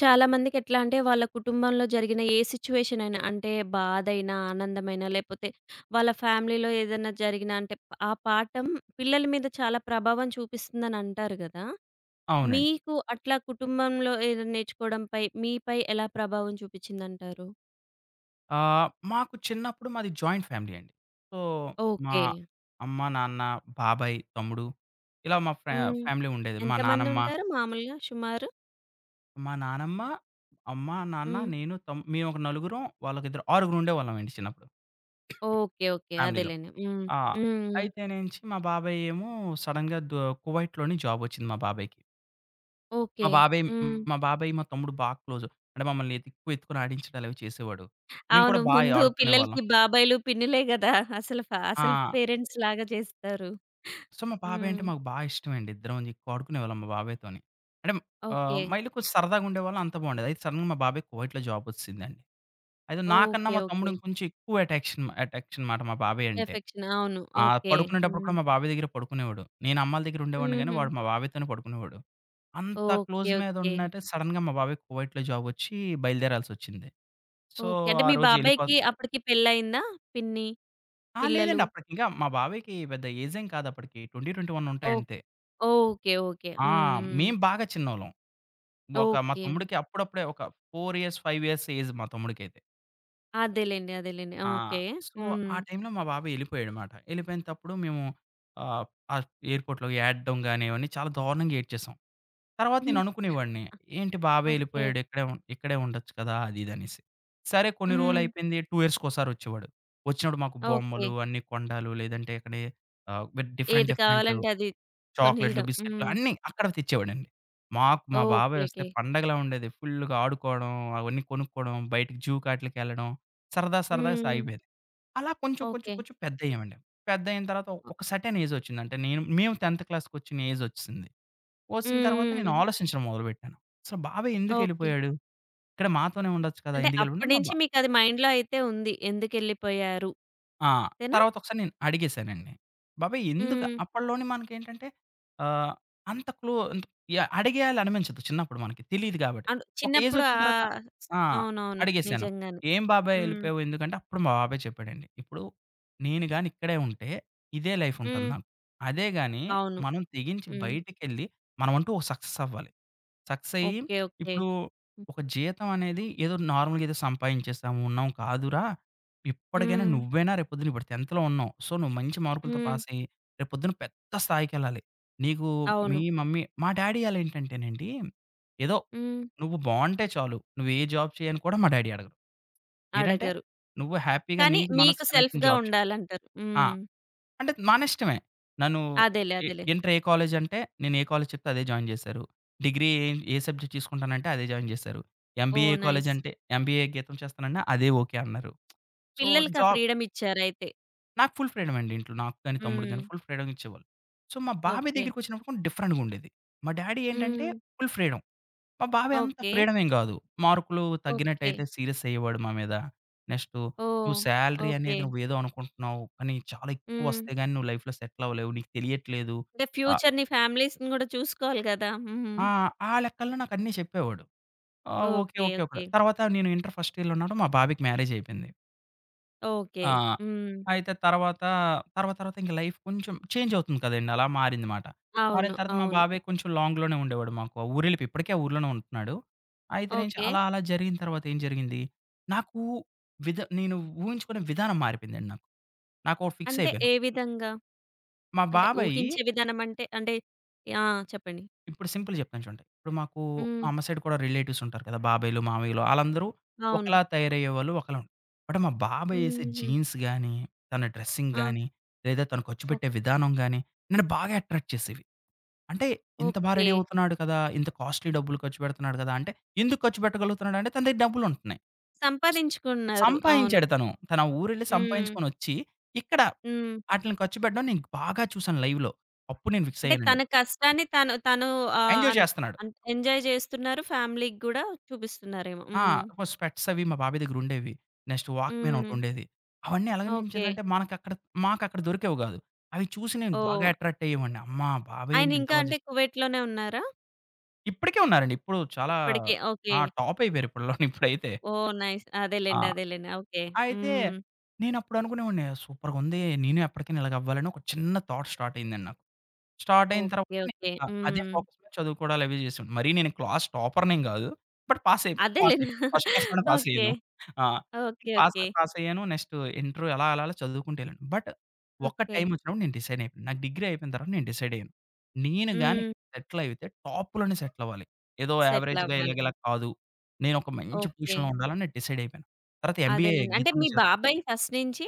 చాలా మందికెట్లా అంటే, వాళ్ళ కుటుంబంలో జరిగిన ఏ సిచ్యువేషన్ అయినా అంటే బాధైనా, ఆనందమైనా లేపోతే వాళ్ళ ఫ్యామిలీలో ఏదైనా జరిగినా అంటే ఆ పాఠం పిల్లల మీద చాలా ప్రభావం చూపిస్తుందని అంటారు గదా! అవునండి. మీకు అట్లా కుటుంబంలో ఏదైనా నేర్చుకోవడంపై మీపై ఎలా ప్రభావం చూపిచ్చిందంటారు? మాకు చిన్నప్పుడు మాది జాయింట్ ఫ్యామిలీ అండి. సో, మా ఓకే. అమ్మ, నాన్న, బాబాయ్, తమ్ముడు ఇలా మా ఫ్యా హ్మ్. ఫ్యామిలీ ఉండేది. మా నానమ్మ, ఎంతమందుంటారు మామూలుగా సుమారు? మా నానమ్మ, అమ్మ, నాన్న, హ్మ్. నేను, మేము ఒక నలుగురం, వాళ్ళకిద్దరు ఆరుగురు ఉండేవాళ్ళమండి చిన్నప్పుడు ఓకే. ఓకే. ఫ్యామిలీలో. అదేలెండి. హ్మ్. ఆ! హ్మ్. అయితేనేంచి మా బాబాయ్ ఏమో సడెన్‌గా దు కువైట్‌లోని జాబొచ్చింది మా బాబాయ్‌కి. ఓకే. మా బాబాయ్ హ్మ్. మా బాబాయ్, మా తమ్ముడు బా క్లోజు. అంటే మమ్మల్ని ఎక్కువ ఎత్తుకొని ఆడించడాలు అవి చేసేవాడు. మేము అవును. కూడా బా ముందు ఆడుకునేవాళ్ళం. పిల్లలకి బాబాయిలు, పిన్నులే గదా! అసలు ఆ! పేరెంట్స్‌లాగా చేస్తారు. సో, మా బాబాయ్ హ్మ్. అంటే మాకు బా ఇష్టమండి. ఇద్దరం ఎక్కువ ఆడుకునేవాళ్ళం మా బాబాయ్‌తోని. అంటే ఓకే. మా ఇల్లు కొంచెం సరదాగుండేవాళ్ళం అంతా బావుండేది. అయితే సడెన్‌గా మా బాబాయ్‌కి కువైట్‌లో జాబ్ ఒచ్చేసిందండి. అయితే నాకన్నా ఓకే. మా తమ్ముడు ఓకే. ఇంకొంచెం ఎక్కువ అటాక్షన్ అటాక్షన్ మాట మా బాబాయ్ అంటే. ఎఫెక్షన్. అవును. ఆ! ఓకే. పడుకునేటప్పుడు హ్మ్. కూడా మా బాబాయ్ దగ్గర పడుకునేవాడు. నేను అమ్మాళ్ళ దగ్గర ఉండేవాడిని గానీ, హుహు. వాడు మా బాబాయ్‌తోనే పడుకునేవాడు. అంత ఓకే. క్లోజ్ మీద ఓకే. ఉన్నట్టే సడెన్‌గా మా బాబాయ్‌కి కువైట్‌లో జాబ్ ఒచ్చి బయలుదేరాల్సొచ్చింది. So, okay. అంటే ఆ మీ రోజు ఎళ్ళిపో బాబాయికి అప్పటికి పెళ్లయిందా? పిన్ని, ఆ! పిల్లలు. లేదండి. అప్పటికింకా మా బాబాయ్‌కి పెద్ద ఏజ్ ఏం కాదు అప్పటికి. 20, 21 ఓ ఉంటాయి అంతే. ఓకే. ఓకే. ఆ! హ్మ్. హ్మ్. మేము బాగా చిన్నోళ్ళం. ఒక మా ఓకే. తమ్ముడికి అప్పుడప్పుడే ఒక 4 ఇయర్స్, 5 ఇయర్స్ ఏజ్ మా తమ్ముడికైతే. అదేలెండి. అదేలెండి. ఆ! ఓకే. సో, హ్మ్. ఆ టైంలో మా బాబాయ్ ఎళ్ళిపోయాడుమాట. ఎళ్ళిపోయిన తప్పుడు మేము ఆహ్, ఆ ఎయిర్‌పోర్ట్‌లో ఏడడం గాని అవన్నీ చాలా దారుణంగా ఏడ్చేసాం. తర్వాత హ్మ్. నేను అనుకునేవాడిని, ఏంటి బాబాయ్ ఓకే. ఎళ్ళిపోయాడు ఇక్కడే ఉండొచ్చు కదా! అది ఇది అనేసి. సరే కొన్ని హ్మ్. రోజులయిపోయింది 2 ఇయర్స్‌కోసారి వచ్చేవాడు. వచ్చినప్పుడు మాకు ఓకే. బొమ్మలు అన్నీ కొనడాలు లేదంటే ఇక్కడే ఆహ్, డిఫరెంట్ ఏది డిఫరెంట్ కావాలంటే అది చాక్లెట్లు, కొనియడం. బిస్కెట్లు హ్మ్. అన్నీ అక్కడ తెచ్చేవాడండి. మాకు మా బాబాయ్ ఓకే. వస్తే ఓకే. పండగలా ఉండేది. ఫుల్‌గా ఆడుకోవడం, అవన్నీ కొనుక్కోవడం, బయటికి జూకి ఆటిలకెళ్ళడం సరదా సరదాగా హ్మ్. సాగిపోయేది. అలా కొంచెం కొంచెం ఓకే. కొంచెం పెద్దయ్యామండి. పెద్దయిన తర్వాత హ్మ్. ఒక సెర్టైన్ ఏజొచ్చింది. అంటే మేము 10థ్ క్లాస్‌కొచ్చిన ఏజొచ్చేసింది. వచ్చిన తర్వాత నేను హ్మ్. ఆలోచించడం మొదలుపెట్టాను. అసలు బాబాయ్ ఓకే. ఎందుకెళ్ళిపోయాడు? ఇక్కడ మాతోనే ఉండొచ్చు కదా! అంటే ఎందుకెళ్ళిపోయాడు మా అప్పటినుంచి బా మీకది మైండ్‌లో అయితే ఉంది. ఎందుకెళ్ళిపోయారు. ఆ! అంతేనా? తర్వాత ఒకసారి నేను అడిగేశానండి. బాబాయ్ ఎందుకు హ్మ్. అప్పట్లోనే మనకేంటంటే ఆహ్, అంత క్లో యాహ్! అడిగేయాలి అనిపించదు చిన్నప్పుడు మనకి తెలీదు కాబట్టి. అవును. ఒక ఏజ్ చిన్నప్పుడు వచ్చిన తర్వాత ఆ! అవునవును. అడిగేశాను. నిజంగానే. "ఏం బాబాయ్ హ్మ్. ఎళ్ళిపోయావు ఎందుకంటే" అప్పుడు మా బాబాయ్ చెప్పాడండి. "ఇప్పుడు నేను గాని ఇక్కడే ఉంటే ఇదే లైఫ్ ఉంటది హ్మ్. నాకు. అదే గాని అవును. మనం తెగించి హ్మ్. బయటికెళ్ళి మనమంటూ ఒక సక్సెస్ అవ్వాలి. సక్సెస్ అయ్యి ఓకే. ఓకే. ఇప్పుడు ఒక జీతం అనేది ఏదో నార్మల్‌గా ఏదో సంపాదించేసాము ఉన్నాం కాదురా! ఇప్పటికైనా హ్మ్. నువ్వైనా రేపొద్దున ఇప్పుడు 10థ్‌లో ఉన్నావు. సో, నువ్వు మంచి మార్కులతో హ్మ్. పాసయ్యి రేపొద్దున పెద్ద స్థాయికెళ్ళాలి. నీకు అవును. మీ మమ్మీ మా డ్యాడీ ఆళ్ళేంటంటేనండి, ఏదో హ్మ్. నువ్వు బావుంటే చాలు. నువ్వు ఏ జాబ్ చెయ్యని కూడా మా డ్యాడీ అడగరు. ఏంటంటే, అడగరు. నువ్వు హ్యాపీగా కానీ నీకు మీకు మనసుకి నచ్చిన సెల్ఫ్‌గా జాబ్ చెయ్." ఉండాలంటారు. ఆ! హ్మ్. అంటే మనష్టమే. నన్ను అదేలే. ఎ అదేలే. ఇంటర్ ఏ కాలేజంటే, నేను ఏ కాలేజ్ చెప్తే అదే జాయిన్ జేశారు. డిగ్రీ ఏ ఏ సబ్జెక్ట్ తీసుకుంటానంటే అదే జాయిన్ జేశారు. MBA oh! నైస్. కాలేజంటే, ఎంబీఏ గీతం చేస్తానన్నా అదే ఓకే అన్నారు. సో, పిల్లలకి ఆ జాబ్ ఫ్రీడమ్ ఇచ్చారయితే. నాకు ఫుల్ ఫ్రీడమ్ అండి ఇంట్లో. నాకు గాని, తమ్ముడికి హ్మ్. గాని ఫుల్ ఫ్రీడమ్ ఇచ్చేవాళ్ళు. సో, మా బాబాయ్ ఓకే. దగ్గరికొచ్చినప్పుడు కొంచెం డిఫరెంట్‌గా ఉండేది. మా డ్యాడీ ఏంటంటే హ్మ్. Full freedom. మా బాబాయ్ అంత ఓకే. ఫ్రీడమ్ ఏం గాదు. మార్కులు ఓకే. తగ్గినట్టయితే సీరియస్ అయ్యేవాడు మా మీద. Next oh! "నువ్వు సాలరీ ఓకే. అనేది నువ్వేదో అనుకుంటున్నావు. కానీ చాలా హ్మ్. ఎక్కువొస్తే గాని నువ్వు లైఫ్‌లో సెటిల్ అవ్వలేవు. నీకు తెలియట్లేదు." అంటే ఆహ్, ఫ్యూచర్‌ని, ఫ్యామిలీస్‌ని గూడా చూసుకోవాలి గదా! హ్మ్. ఆ! ఆ లెక్కల్లో నాకన్నీ చెప్పేవాడు. ఆ! Okay. Okay. Okay. Okay. Okay. తర్వాత నేను ఇంటర్ ఫస్ట్ ఇయర్‌లో ఉన్నప్పుడు మా బాబాయ్‌కి మ్యారేజ్ అయిపోయింది. ఓకే. ఆ! హ్మ్. అయితే తర్వాత, తర్వాత ఇంక లైఫ్ కొంచెం చేంజ్ అవుతుంది కదండీ! అలా మారింది మాట. అవును. మారిన తర్వాత మా అవును. బాబాయ్ కొంచెం లాంగ్‌లోనే ఉండేవాడు మాకు. ఆ ఊరెళ్ళిపోయి ఇప్పటికీ ఆ ఊర్లోనే ఉంటున్నాడు. అయితే నుంచి ఓకే. అలా అలా జరిగిన తర్వాత ఏం జరిగింది, నాకు విధ నేను ఊహించుకునే విధానం మారిపోయిందండి నాకు. నాకోటి ఫిక్స్ అంటే అయిపోయాను. ఏ విధంగా? మా అంటే బాబాయి ఊహించే విధానం అంటే అంటే ఆ! చెప్పండి. ఇప్పుడు సింపుల్ చెప్తాను చూడండి. ఇప్పుడు మాకు హ్మ్. మా అమ్మ సైడ్ కూడా రిలేటివ్స్ ఉంటారు కదా! బాబాయిలు, మామయ్యలు ఆళ్ళందరూ అవును. ఒకలా తయారయ్యేవాళ్ళు ఒకలా ఉం బట్ మా బాబాయ్ ఏసే హుహు. జీన్స్ గాని, తన డ్రెస్సింగ్ ఆ! గాని, లేదా తను ఖర్చు ఓ పెట్టే విధానం గాని నన్ను బాగా అట్రాక్ట్ చేసేవి. అంటే ఇంత బా ఓకే. రెడీ అవుతున్నాడు కదా! ఇంత కాస్ట్‌లీ డబ్బులు ఖర్చు పెడుతున్నాడు కదా! అంటే ఎందుకు ఖర్చు పెట్టగలుగుతున్నాడు అంటే తన దగ్గర డబ్బులు ఉంటున్నాయి. సంపాదించుకున్నారు. అవును. సంపాదించాడు తను. తన ఊరెళ్ళి హ్మ్. సంపాదించుకొనొచ్చి ఇక్కడ హ్మ్. ఆటిలిని ఖర్చు పెట్టడం నేను బాగా చూసాను లైవ్‌లో. అప్పుడు నేను ఫిక్స్ అంటే అయ్యానండి. తన కష్టాన్ని తను తను ఎంజాయ్ అన్ చేస్తున్నాడు. అన్ ఎంజాయ్ చేస్తున్నారు. ఫ్యామిలీకి గూడా చూపిస్తున్నారేమో. ఆ! హ్మ్. ఒక స్పెట్స్ అవి మా బాబాయ్ దగ్గరుండేవి. నెక్స్ట్ వాక్‌మ్యాన్ హ్మ్. ఒకటుండేది. అవన్నీ ఓకే. ఎలాగనిపించిందంటే మాకక్కడ దొరికేవి గాదు. అవి చూసి నేను బాగా ఓహ్! అట్రాక్ట్ అయ్యేవాడిని. అమ్మా! బాబాయ్ ఏంటి ఇంత ఆయనింకా బా అంటే చేస్ కువైట్‌లోనే ఉన్నారా? ఇప్పటికే ఉన్నారండి. ఇప్పుడు చాలా ఇప్పటికే ఓకే. ఆ! టాప్ అయిపోయారు ఇప్పట్లోని ఇప్పుడైతే. ఓహ్! నైస్. అదేలెండి. ఆ! అదేలెండి. ఓకే. అయితే హ్మ్. నేనప్పుడు అనుకునేవాడిని సూపర్‌గుంది. నేను ఎప్పటికైనా ఇలాగవ్వాలని ఒక చిన్న థాట్ స్టార్ట్ అయిందండి నాకు. స్టార్ట్ అయిన ఓకే. తర్వాత ఓకే. నేనింకా అదే హ్మ్. ఫోకస్ మీద చదువుకోవడాలు అవి చేశాను. మరీ నేను క్లాస్ టాపర్‌నేం గాదు. బట్ పాస్ అదేలెండి. అయిపోయాను. ఫస్ట్ క్లాస్‌లోనే పాస్ ఓకే. అయ్యాను. ఆ! ఓకే. Pass okay. పాస్ అయ్యాను. నెక్స్ట్ ఇంటరు అలా అలా అలా చదువుకుంటూ ఎళ్ళాను. బట్ ఒక్క ఓకే. టైమ్ వచ్చినప్పుడు నేను డిసైడ్ అయిపోయాను. నాకు డిగ్రీ అయిపోయిన తర్వాత నేను డిసైడ్ అయ్యాను. నేను గాని హ్మ్. సెటిల్ అయితే టాప్‌లోనే సెటిల్ అవ్వాలి. ఏదో యావరేజ్‌గా సెటిలవ్వాలి. ఇలా కాదు. నేనొక మంచి ఓకే. పొజిషన్‌లో ఉండాలని డిసైడ్ అయిపోయాను. తర్వాత ఎంబీఏ అదేలెండి. అంటే జీతంలో మీ చేస్తాను. బాబాయ్ ఫస్ట్ నుంచి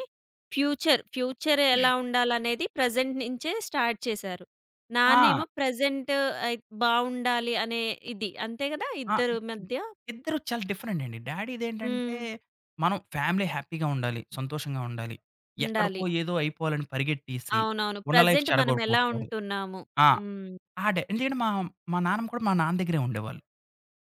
ఫ్యూచర్, ఫ్యూచర్ ఎలా ఉండాలనేది ప్రెజెంట్ నించే స్టార్ట్ చేశారు. ఆ! నాన్నేమో ప్రెజెంట్ అయి బావుండాలి అనే ఇది. అంతే గదా! ఆ! ఇద్దరి మధ్య? ఇద్దరు చాలా డిఫరెంట్ అండి. డ్యాడీదేంటంటే, హ్మ్. మనం ఫ్యామిలీ హ్యాపీగా ఉండాలి, సంతోషంగా ఉండాలి. ఎక్కడికో ఉండాలి. ఏదో అయిపోవాలని పరిగెట్టేసి, అవునవును. ఉన్న లైఫ్ ప్రెజెంట్ మనమెలా చెడగొట్టుకోకూడదు. ఉంటున్నాము. ఆ! హ్మ్. ఆ డే ఎందుకంటే మా మా నాన్నమ్మ కూడా మా నాన్న దగ్గరే ఉండేవాళ్ళు.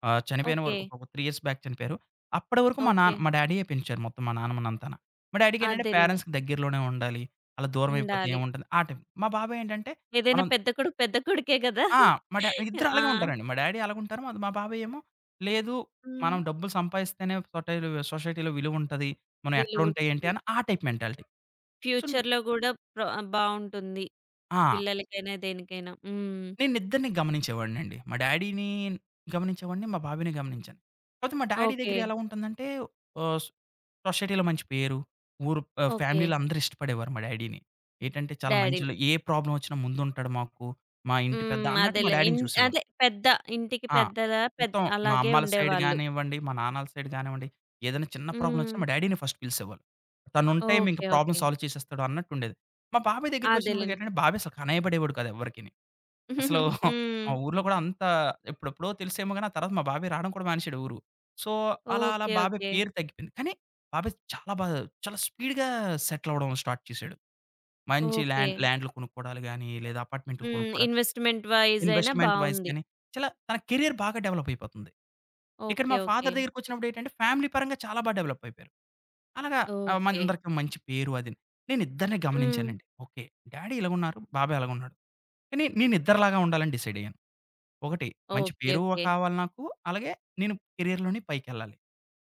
చనిపోయిన ఓకే. వరకు ఒక 3 ఇయర్స్ బ్యాక్ చనిపోయారు. అప్పటి వరకు మా నాన్న ఓకే. మా డ్యాడీయే పెంచారు మొత్తం మా నాన్నమ్మనంతాన. మా డ్యాడీకేంటంటే అదేలెండి. పేరెంట్స్‌కి దగ్గరలోనే ఉండాలి. అలా దూరం అయిపోతే ఉండాలి. ఏముంటది? ఆ టైం. మా బాబాయేంటంటే ఏదైనా మనం పెద్ద కొడుకే గదా! ఆ! మా డా ఇద్దరు అలాగే ఆ! ఉంటారండి. మా డాడీ అలాగుంటారు. మా మా బాబాయ్ ఏమో లేదు హ్మ్. మనం డబ్బులు సంపాదిస్తేనే సొసైటీలో విలువుంటది. మనం విలువ ఎక్కడుంటే ఏంటి ఉంటుంది. అని ఆ టైప్ మెంటాలిటీ. సో ఫ్యూచర్‌లో గూడా ప్ర బావుంటుంది. ఆ! పిల్లలకైనా, దేనికైనా. హ్మ్. నేనిద్దరిని గమనించేవాడినండి. మా డాడీని గమనించేవాడిని. మా బాబాయిని గమనించాను. కాపోతే మా డాడీ ఓకే. దగ్గర ఎలా ఉంటుందంటే ఆహ్, సొ సొసైటీలో మంచి పేరు, ఓకే. ఫ్యామిలీలో అందరూ ఇష్టపడేవారు మా డాడీని. ఏంటంటే చాలా డ్యాడీని. మంచోళ్ళు. ఏ ప్రాబ్లమ్ వచ్చినా ముందుంటాడు మాకు. మా ఇంటి పెద్ద హ్మ్. అన్నట్టు మా అదేలే. డాడీని చూసేవాళ్ళు. అదే పెద్ద ఇంటికి ఆ! పెద్దలా మొత్తం మా అలాగే అమ్మాల సైడ్ ఉండేవాళ్ళు. గానివ్వండి, మా నాన్నల సైడ్ గానివ్వండి, ఏదైనా చిన్న ప్రాబ్లమ్ హ్మ్. వచ్చినా మా డ్యాడీ‌ని ఫస్ట్ పిలిసేవాళ్ళు. తనుంటే ఇంక ఓకే. Problem okay. సాల్వ్ చేసేస్తాడు అన్నట్టుండేది. మా బాబాయ్ దగ్గరికొచ్చినప్పటికి అదేలెండి. ఏంటంటే, బాబాయ్ అసలు కనపడేవాడు కాదు ఎవ్వరికిని. హ్మ్. అసలు మా ఊర్లో కూడా అంత ఎప్పుడెప్పుడో తెలిసేమో గాని, ఆ తర్వాత మా బాబాయ్ రావడం కూడా మానేసాడు ఊరు. సో, అలా అలా ఓకే. బాబాయ్ ఓకే. పేరు తగ్గిపోయింది. కానీ బాబాయ్ చాలా బా చాలా స్పీడ్‌గా సెటిల్ అవ్వడం స్టార్ట్ చేసాడు. మంచి ఓకే. ల్యాండ్‌లు కొనుక్కోవడాలు గాని, లేదా అపార్ట్మెంట్‌లు హ్మ్. కొనుక్కోవడాలు, ఇన్వెస్ట్‌మెంట్ వైస్ అయినా ఇన్వెస్ట్‌మెంట్ వైస్ బావుంది. గాని, చాలా తన కెరియర్ బాగా డెవలప్ అయిపోతుంది. ఇక్కడ ఓకే. మా ఓకే. ఫాదర్ దగ్గరికొచ్చినప్పుడు ఏంటంటే, ఫ్యామిలీ పరంగా చాలా బా డెవలప్ అయిపోయారు. అలాగా ఓకే. మనందరికీ మంచి పేరు అదిని. నేనిద్దరిని హ్మ్. గమనించానండి. ఓకే. డ్యాడీ ఇలాగున్నారు, బాబాయ్ అలాగున్నాడు. కానీ నేనిద్దరిలాగా ఉండాలని డిసైడ్ అయ్యాను. ఒకటి మంచి ఓకే. పేరు ఓకే. కావాలి నాకు. అలాగే నేను కెరియర్‌లోని పైకెళ్ళాలి.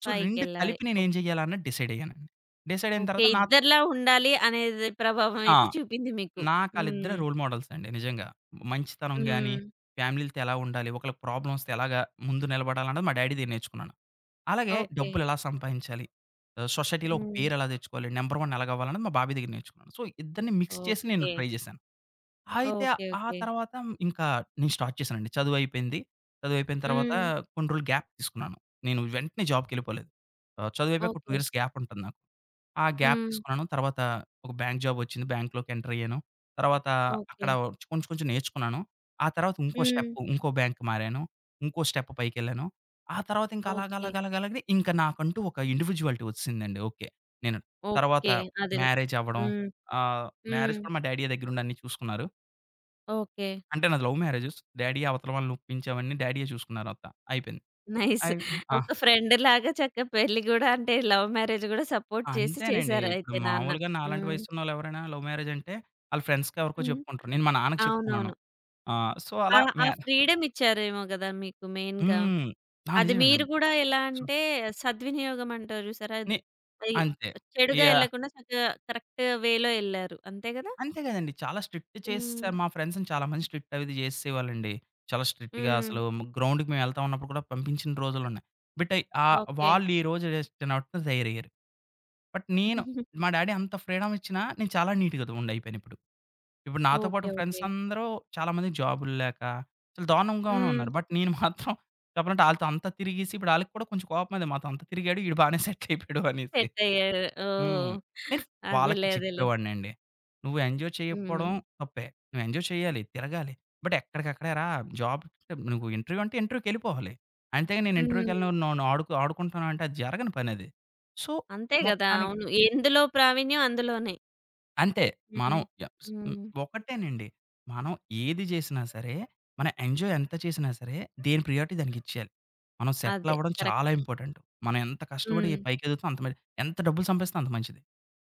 సో, 2 పైకెళ్ళాలి. కలిపి నేనేం చేయాలన్నది డిసైడ్ అయ్యానండి. డిసైడ్ అయిన ఓకే. తర్వాత నా ఇద్దరిలా ఉండాలి అనేది ప్రభావం ఆ! అయితే చూపింది మీకు. నాకాళ్ళిద్దరే హ్మ్. రోల్ మోడల్స్ అండి నిజంగా. మంచితనం గాని, హ్మ్. ఫ్యామిలీలతో ఎలా ఉండాలి, ఒకళ్ళకి ప్రాబ్లమ్ వస్తే ఎలాగా ముందు నిలబడాలన్నది మా డ్యాడీ దగ్గర నేర్చుకున్నాను. అలాగే ఓకే. డబ్బులు ఎలా సంపాదించాలి, సొసైటీలో ఒక హ్మ్. పేరు ఎలా తెచ్చుకోవాలి, నంబర్ 1 ఎలాగవ్వాలన్నది మా బాబాయ్ దగ్గర నేర్చుకున్నాను. సో, ఇద్దరిని మిక్స్ చేసి నేను ఓకే. ట్రై చేశాను. అయితే ఓకే. ఆ ఓకే. తర్వాత ఇంకా నేను స్టార్ట్ చేశానండి. చదువయిపోయింది. చదువయిపోయిన తర్వాత హ్మ్. కొన్ని రోజులు గ్యాప్ తీసుకున్నాను. నేను వెంటనే జాబ్‌కెళ్ళిపోలేదు. చదువయిపోయాక ఒక 2 ఓకే. ఇయర్స్ గ్యాప్ ఉంటుంది నాకు. ఆ గ్యాప్ హ్మ్. తీసుకున్నాను. తర్వాత ఒక బ్యాంక్ జాబొచ్చింది. బ్యాంక్‌లోకి ఎంటరయ్యాను. తర్వాత ఓకే. అక్కడ కొంచెం, కొంచెం నేర్చుకున్నాను. ఆ తర్వాత ఇంకో హ్మ్. స్టెప్ ఇంకో బ్యాంక్ మారాను. ఇంకో స్టెప్ పైకెళ్ళాను. ఆ తర్వాత ఇంకా అలాగ, ఓకే. అలాగ, అలాగ, అలాగనే ఇంకా నాకంటూ ఒక ఇండివిడ్యువాలిటీ ఒచ్చేసిందండి. ఓకే. నేను తర్వాత ఓకే. అదేలే. మ్యారేజ్ అవ్వడం. హ్మ్. ఆహ్, హ్మ్. మ్యారేజ్ కూడా మా డాడీయే దగ్గరుండి అన్నీ చూసుకున్నారు. ఓకే. అంటే నాది లవ్ మ్యారేజ్. డ్యాడీయే అవతల వాళ్ళని ఒప్పించి అవన్నీ డ్యాడీయే చూసుకున్నారంతా. అయిపోయింది. నైస్. అయి ఆ! ఒక ఫ్రెండ్‌లాగా చక్కగా పెళ్లి గూడా అంటే లవ్ మ్యారేజ్ గూడా సపోర్ట్ చేసి అంతేనండి. చేసారు ఇప్పుడు అయితే నాన్న. మామూలుగా నాలాంటి హ్మ్. వయసున్నోళ్ళు ఎవరైనా లవ్ మ్యారేజ్ అంటే ఆళ్ళ ఫ్రెండ్స్‌కి ఎవరికో హ్మ్. చెప్పుకుంటారు. నేను మా నాన్నకి చెప్పుకున్నాను. అవునవును. సో, ఆ! అలా ఆ మ్యా ఫ్రీడమ్ ఇచ్చారేమో గదా! మీకు మెయిన్‌గా. హ్మ్. ఆ! అది నిజమండి. మీరు గూడా ఎలా సో, అంటే సద్వినియోగం అంటారు జూసారా? నే అయి అంతే. చెడుగా యాహ్! ఎళ్ళకుండా చక్కగా కరెక్ట్ వేలో ఎళ్లారు. అంతే గదా? అంతే కదండీ. చాలా స్ట్రిక్ట్ హ్మ్. చేసేసారు. మా ఫ్రెండ్స్‌ని చాలా మంది స్ట్రిక్ట్ అవి ఇది చేసేసేవాళ్ళండి. చాలా స్ట్రిక్ట్‌గా హ్మ్. అసలు గ్రౌండ్‌కి మేము వెళ్తా ఉన్నప్పుడు కూడా పంపించిన రోజులున్నాయి. But okay. వాళ్ళు ఈరోజు జస్ట్ నవ్వుతూ తయారయ్యారు. బట్ నేను మా డ్యాడీ అంత ఫ్రీడమ్ ఇచ్చినా, నేను చాలా నీట్‌గా ఉండయిపోయానిప్పుడు. ఇప్పుడు ఇప్పుడు నాతో ఓకే. పాటు ఫ్రెండ్స్ ఓకే. అందరూ చాలా మంది జాబులు లేక, చాలా దారుణంగానే హ్మ్. ఉన్నారు. బట్ నేను మాత్రం చెప్పాలంటే ఆళ్ళతో అంతా తిరిగేసి, ఇప్పుడు ఆళ్ళకి కూడా కొంచెం కోపమదే మాతో అంత తిరిగాడు, ఈడు బానే సెటిల్ అయిపోయాడు అనేసి. సెట్ అయ్యారు. ఓహ్! హ్మ్. నేను వాళ్ళకి అదేలే. అదేలే. చెప్పేవాడినండి. "నువ్వు ఎంజాయ్ హ్మ్. చేయకపోవడం తప్పే. నువ్వు ఎంజాయ్ చేయాలి, తిరగాలి. బట్ ఎక్కడికక్కడేరా జాబ్ నువ్వు ఇంటర్వ్యూ అంటే ఇంటర్వ్యూకెళ్ళిపోవాలి. అంతేగాని నేను హ్మ్. ఇంటర్వ్యూకెళ్ళను, నన్ను ఆడుకు ఆడుకుంటాను అంటే అది జరగని పనది." సో, అంతే గదా! మొత్తానికి అవును. ఎందులో ప్రావీణ్యం అందులోనే. అంతే. మనం హ్మ్. య స్ హ్మ్. హ్మ్. ఒకటేనండి. మనం ఏది చేసినా సరే, మన ఎంజాయ్ ఎంత చేసినా సరే, దేని ప్రియారిటీ దానికిచ్చేయాలి. మనం సెటిల్ అదే. అవ్వడం చాలా కరెక్ట్. ఇంపార్టెంట్. మనం ఎంత కష్టపడి హ్మ్. పైకెదుగుతాం అంత మరి ఎంత డబ్బులు సంపాదిస్తే అంత మంచిది.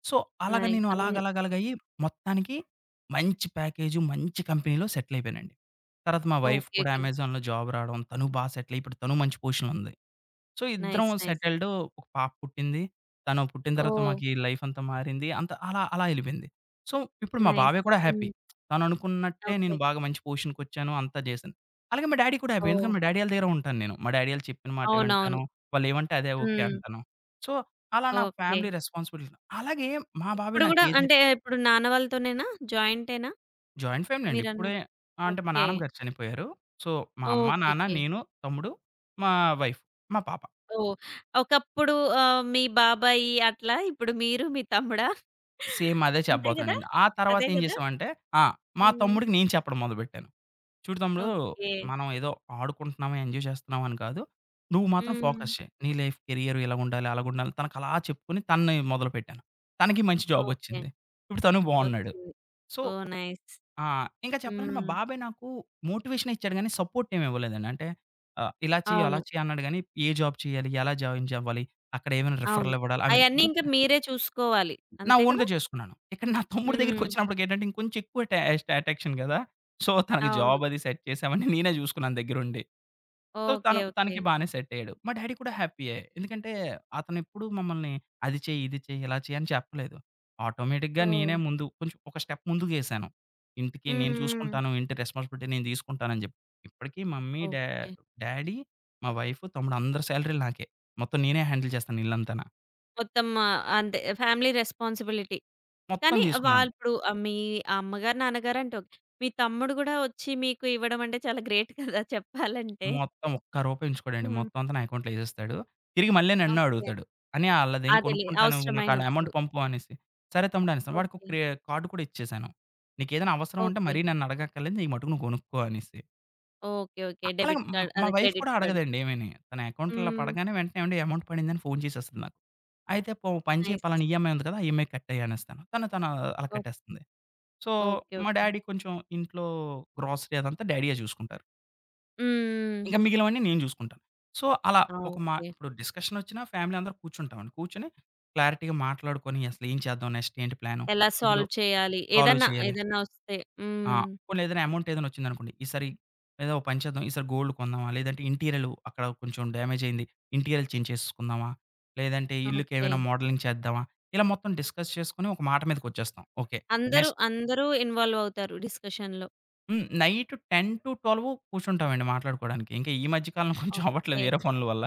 సో, అలాగ నైస్. నేను అవును. అలాగలాగలాగయ్యి మొత్తానికి మంచి ప్యాకేజు, మంచి కంపెనీలో సెటిల్ అయిపోయానండి. తర్వాత మా వైఫ్ ఓకే. కూడా ఓకే. అమెజాన్‌లో జాబ్ రావడం, తను బా సెటిల్ అయ్యి ఇప్పుడు తను మంచి పొజిషన్‌లో ఉంది. సో, ఇద్దరం నైస్. నైస్. సెటిల్డ్. ఒక పాప పుట్టింది. తను పుట్టిన తర్వాత ఓహ్! మాకీ లైఫ్ అంతా మారింది. అంత అలా, అలా ఎళ్ళిపోయింది. సో, ఇప్పుడు మా నైస్. బాబాయ్ కూడా హ్మ్. హ్యాపీ. తననుకున్నట్టే ఓకే. నేను బాగా మంచి పొజిషన్‌కొచ్చాను. అంతా జేశాను. అలాగే మా డ్యాడీ కూడా హ్యాపీ. ఓహ్! ఎందుకంటే, మా డ్యాడీ ఆళ్ళ దగ్గరే ఉంటాను నేను. మా డ్యాడీ ఆళ్ళు చెప్పిన మాటే అవునవును. వింటాను. వాళ్ళేమంటే అదే ఓకే హ్మ్. అంటాను. సో, అలా నా ఓకే. Family responsibility. అలాగే మా బాబాయ్ ఇప్పుడు గూడా నాకేది అంటే ఇప్పుడు నాన్న వాళ్ళతోనేనా? జాయింటేనా జాయింట్ ఫ్యామిలీ అండి. ఇప్పుడే మీరన్నట్టు? అంటే మా ఓకే. నాన్నమ్మ గారు చనిపోయారు. సో, మా అమ్మ, నాన్న, ఓకేకే. నేను, తమ్ముడు, మా వైఫ్, మా పాప. ఓహ్! ఒకప్పుడు మీ బాబాయి అట్లా ఇప్పుడు మీరు, మీ తమ్ముడా? సేమ్ అదే అంతే చెప్పబోతున్నాను గదా! నేను. ఆ తర్వాత అదే ఏం గదా! చేసామంటే ఆ! మా హ్మ్. తమ్ముడికి నేను చెప్పడం మొదలుపెట్టాను. చూడు తమ్ముడు ఓకే. మనం ఏదో ఆడుకుంటున్నాము, ఎంజాయ్ చేస్తున్నాం అని కాదు. నువ్వు మాత్రం హ్మ్. ఫోకస్ చెయి. నీ లైఫ్ కెరియర్ ఇలాగుండాలి, అలాగుండాలి తనకు అలా చెప్పుకొని తనని మొదలుపెట్టాను. తనకి మంచి ఓకే. జాబొచ్చింది. ఇప్పుడు తను బావున్నాడు. వచ్చింది. So oh! నైస్. ఆ! ఇంకా చెప్పాలంటే మా హ్మ్. బాబాయ్ నాకు మోటివేషనే ఇచ్చాడు గానీ సపోర్ట్ ఏమి ఇవ్వలేదండి. అంటే ఇలా చెయ్యి, అలా అవును. చెయ్యి అన్నాడు గానీ ఏ జాబ్ చేయాలి, ఎలా జాయిన్ అవ్వాలి, అక్కడ ఏమైనా అవును. రిఫరల్ ఇవ్వడాలి ఐ మీన్ అయన్నీ బట్ ఇంక మీరే చూసుకోవాలి. నా అంతే కదా! ఓన్‌గా చేసుకున్నాను. ఇక్కడ నా తమ్ముడి హ్మ్. దగ్గరికొచ్చినప్పటికేంటంటే ఇంకొంచెం ఎక్కువ టె ఎస్ట్ అటెన్షన్ కదా! సో, తనకి అవును. జాబ్ అది సెట్ చేసి అవన్నీ నేనే చూసుకున్నాను దగ్గరుండి. So, okay. ఓకే. తనకి బానే సెట్ అయ్యాడు. మా డ్యాడీ కూడా హ్యాపీయే. ఎందుకంటే అతనెప్పుడు మమ్మల్ని అది చెయ్యి, ఇది చెయ్యి, ఇలా చెయ్యి అని చెప్పలేదు. ఆటోమేటిక్‌గా ఓహ్! నేనే ముందు కొంచెం ఒక స్టెప్ ముందుకేసాను. ఇంటికి హ్మ్. నేను హ్మ్. చూసుకుంటాను. ఇంటి రెస్పాన్సిబిలిటీ నేను తీసుకుంటానని చెప్పి. ఇప్పటికి మమ్మీ, ఓకే. డ్యాడీ, మా వైఫ్, తమ్ముడు అందరి సాలరీలు నాకే. మొత్తం నేనే హ్యాండిల్ చేస్తాను ఇల్లంతాన. మొత్తం అంతే ఫ్యామిలీ రెస్పాన్సిబిలిటీ. మొత్తం కానీ తీసుకున్నాను. వాళ్ళు ఇప్పుడు మీ అమ్మగారు, నాన్నగారు అంటే ఓకే. మీ తమ్ముడు గూడా వచ్చి మీకు ఇవ్వడం అంటే చాలా గ్రేట్ కదా! చెప్పాలంటే. మొత్తం ఒక్క రూపాయి ఉంచుకోడండి. హ్మ్. మొత్తం అంతా నా అకౌంట్‌లో ఏసేస్తాడు. తిరిగి మళ్ళీ నన్ను ఓకే. అడుగుతాడు. "అన్నయ్య ఆళ్ళదేం అదేలే కొనుక్కుంటాను. నాకు ఆళ్ళ అవసరమైనప్పుడు. అమౌంట్ పంపు" అనేసి. "సరే తమ్ముడు" అనేసాను. వాడికి ఒక ఓకే. కార్డ్ కూడా ఇచ్చేసాను. "నీకేదైనా అవసరం ఉంటే ఓకే. మరీ నన్ను అడగక్కర్లేదు. నీకు మటుకు నువ్వు కొనుక్కో" అనేసి. ఓకే. ఓకే. అలాగే డెబిట్ కార్డ్ మా అదే వైఫ్ క్రెడిట్ కూడా కార్డ్. అడగదండి ఏమీని. తన అకౌంట్‌లో హ్మ్. పడగానే వెంటనే "ఏవండి అమౌంట్ పడిందని" ఫోను చేసేస్తది నాకు. అయితే "పో పని చేయి నైస్. పలానా ఈఎంఐ ఉంది కదా! ఆ ఈఎంఐ కట్టేయి" అనేస్తాను. తను తను అలా ఓహ్! కట్టేస్తుంది. So, okay. మా ఓకే. డ్యాడీ కొంచెం ఇంట్లో గ్రోసరీ అదంతా డ్యాడీయే చూసుకుంటారు. హ్మ్. ఇంక మిగిలినవన్నీ నేను చూసుకుంటాను. సో, అలా ఆ! ఒక మా ఓకే. ఇప్పుడు డిస్కషనొచ్చినా ఫ్యామిలీ అందరూ కూర్చుంటామండి. కూర్చొని క్లారిటీగా మాట్లాడుకొని అసలు ఏం చేద్దాం? నెక్స్ట్ ఏంటి ప్లాను? ఎలా ఇప్పుడు సాల్వ్ చేయాలి? సాల్వ్ ఏదన్నా, చేయాలి. ఏదన్నా వస్తే. ఆ! హ్మ్. పోనీ ఏదైనా అమౌంట్ ఏదైనా వచ్చిందనుకోండి. ఈసారి ఏదో ఒక పని చేద్దాం. ఈసారి గోల్డ్ కొందామా? లేదంటే ఇంటీరియర్‌లు అక్కడ కొంచెం డ్యామేజ్ అయింది. ఇంటీరియర్‌లు చేంజ్ చేసుకుందామా? లేదంటే ఇల్లుకి ఓకే. ఏమైనా మోడలింగ్ చేద్దామా? ఇలా మొత్తం డిస్కస్ చేసుకొని ఒక మాట మీదకొచ్చేస్తాం. ఓకే. అందరూ, నెక్స్ట్ అందరూ ఇన్వాల్వ్ అవుతారు డిస్కషన్‌లో. హ్మ్. నైట్ 10-12 కూర్చుంటామండి మాట్లాడుకోవడానికి. ఇంకా ఈ మధ్య కాలంలో కొంచెం అవ్వట్లేదు ఓకే. వేరే పనుల వల్ల.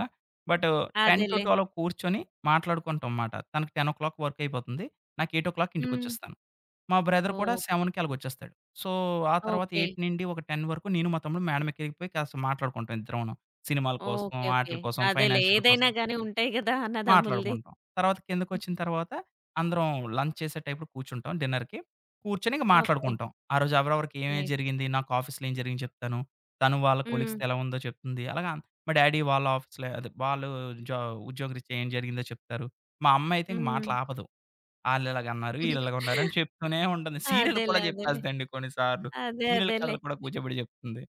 బట్ అదేలే. 10-12 కూర్చొని మాట్లాడుకుంటాం మాట. తనకి 10:00 వర్క్ అయిపోతుంది. నాకు 8:00 హ్మ్. ఇంటికొచ్చేస్తాను. మా బ్రదర్ కూడా ఓకే. 7కి అలాగొచ్చేస్తాడు. సో, ఆ తర్వాత ఓకే. 8-10 వరకు నేను మా తమ్ముడు మేడ ఎక్కిపోయి కాస్త మాట్లాడుకుంటాం ఇద్దరమును. సినిమాల కోసం, ఓకే. ఓకే. ఆటిల కోసం, అదేలే. ఫైనాన్షియల్ కోసం. ఏదైనా గాని ఉంటాయి గదా! అన్నదమ్ముల్ది. మాట్లాడుకుంటాం. తర్వాత కిందకొచ్చిన తర్వాత అందరం లంచ్ చేసే టైప్‌లో కూర్చుంటాం డిన్నర్‌కి. కూర్చొని ఇంక ఓకే. మాట్లాడుకుంటాం. ఆ రోజు ఎవరెవరికి ఏమేమి నైస్. జరిగింది, నాకు ఆఫీస్‌లో ఏం జరిగింది చెప్తాను. తను వాళ్ళ హ్మ్. కొలీగ్స్‌తో ఎలా ఉందో చెప్తుంది. అలాగా మా డ్యాడీ వాళ్ళ ఆఫీస్‌లో అదే వాళ్ళు జా ఉద్యోగరీత్యా ఏం జరిగిందో చెప్తారు. మా అమ్మ అయితే ఇంక హ్మ్. మాటలు ఆపదు. ఆళ్ళిలాగన్నారు, ఈళ్ళిలాగన్నారు అని చెప్తూనే ఉంటుంది. సీరియల్ కూడా అదేలే. అదేలే. చెప్పేస్తదండి కొన్ని సార్లు. అదే. సీరియల్ అదేలే. కథలు కూడా కూర్చోబెట్టి చెప్తుంది.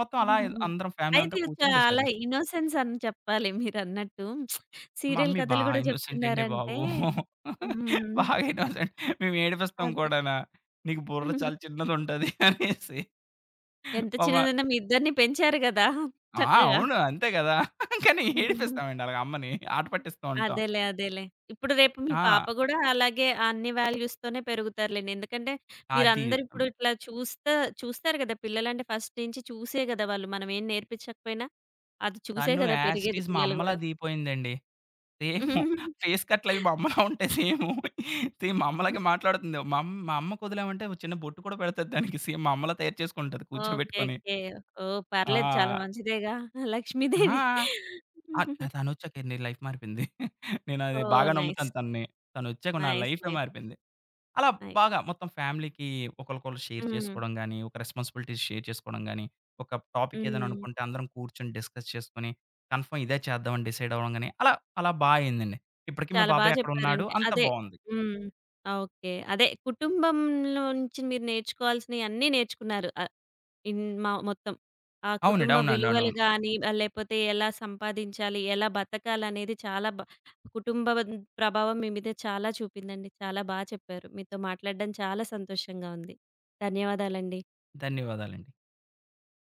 మొత్తం అలా అందరం ఫ్యామిలీ అయితే అంతా ఇది కూర్చొని డిస్కస్ చాలా చేస్తాం. ఇన్నోసెన్స్ అని చెప్పాలి మీరన్నట్టు. సీరియల్ మమ్మీ బా కథలు గూడా ఇన్నోసెంట్ అండి చెప్తున్నారంటే బాబు. హ్మ్. బాగా ఇన్నోసెంట్. మేము ఏడిపిస్తాం అదే. కూడానా. నీకు బుర్ర చాలా చిన్నదుంటది అనేసి. ఎంత పాపం చిన్నదన్నా మీ ఇద్దరిని పెంచారు గదా! ఆ! చక్కగా. అవును. అంతే కదా! కానీ హ్మ్. ఏడిపిస్తామండి అలాగ అమ్మని. ఆట పట్టిస్తూ ఉంటాం. అదేలే. అదేలే. ఇప్పుడు రేపు మీ పాప ఆ! గూడా అలాగే అన్ని వాల్యూస్‌తోనే పెరుగుతారులెండి. ఎందుకంటే అది. మీరందరూ ఇప్పుడు ఇట్లా చూస్తారు గదా! పిల్లలంటే ఫస్ట్ నుంచి చూసే గదా! వాళ్ళు మనం ఏం నేర్పించకపోయినా అది చూసే తను గదా! యాజ్ ఇట్ పెరిగేది ఈజ్ మా పిల్లలు అమ్మలా గూడా. దిగిపోయిందండి. సేము. ఫేస్ కట్‌లవి మా అమ్మలా ఉంటాయి సేము. సేమ్ మా అమ్మలాగే మాట్లాడుతుంది. మా అమ్మకు వదిలామంటే ఒక చిన్న బొట్టు కూడా పెడతది దానికి. సేమ్ మా అమ్మలా తయారు చేసుకుంటది ఓకే. కూర్చోబెట్టుకొని. ఓకే. ఓహ్! పర్లేదు చాలా ఆ! మంచిదేగా ఆ! లక్ష్మీదేవి. ఆ! త తనొచ్చాకే నీ లైఫ్ మారిపోయింది. నేనది ఓహ్! బాగా నైస్. నమ్ముతాను తనని. తనొచ్చాక నా నైస్. లైఫే నైస్. మారిపోయింది. అలా నైస్. బాగా మొత్తం ఫ్యామిలీకి ఒకళ్ళకొకళ్ళు షేర్ హ్మ్. చేసుకోవడం గాని, ఒక రెస్పాన్సిబిలిటీస్ షేర్ చేసుకోవడం గాని, ఒక టాపిక్ ఏదైనా హ్మ్. అనుకుంటే అందరం కూర్చొని డిస్కస్ చేసుకొని, కన్ఫర్మ్ ఇదే చేద్దామని డిసైడ్ అవ్వడం గాని, అలా అలా బా అయిందండి. ఇప్పటికి మా చాలా బా బాబాయ్ అక్కడున్నాడు. చెప్పారండి. అంతా అదే. బావుంది. హ్మ్. ఓకే. అదే కుటుంబంలో నుంచి మీరు నేర్చుకోవాల్సినయి అన్నీ నేర్చుకున్నారు. ఇన్ మ మొత్తం. ఆ అవునండి. కుటుంబ విలువలు అవునవును. గాని, లేపోతే ఎలా సంపాదించాలి, ఎలా బతకాలనేది చాలా బ కుటుంబ ప్రభావం మీ మీద చాలా చూపిందండి. చాలా బా చెప్పారు. మీతో మాట్లాడడం చాలా సంతోషంగా ఉంది. ధన్యవాదాలండి. ధన్యవాదాలండి.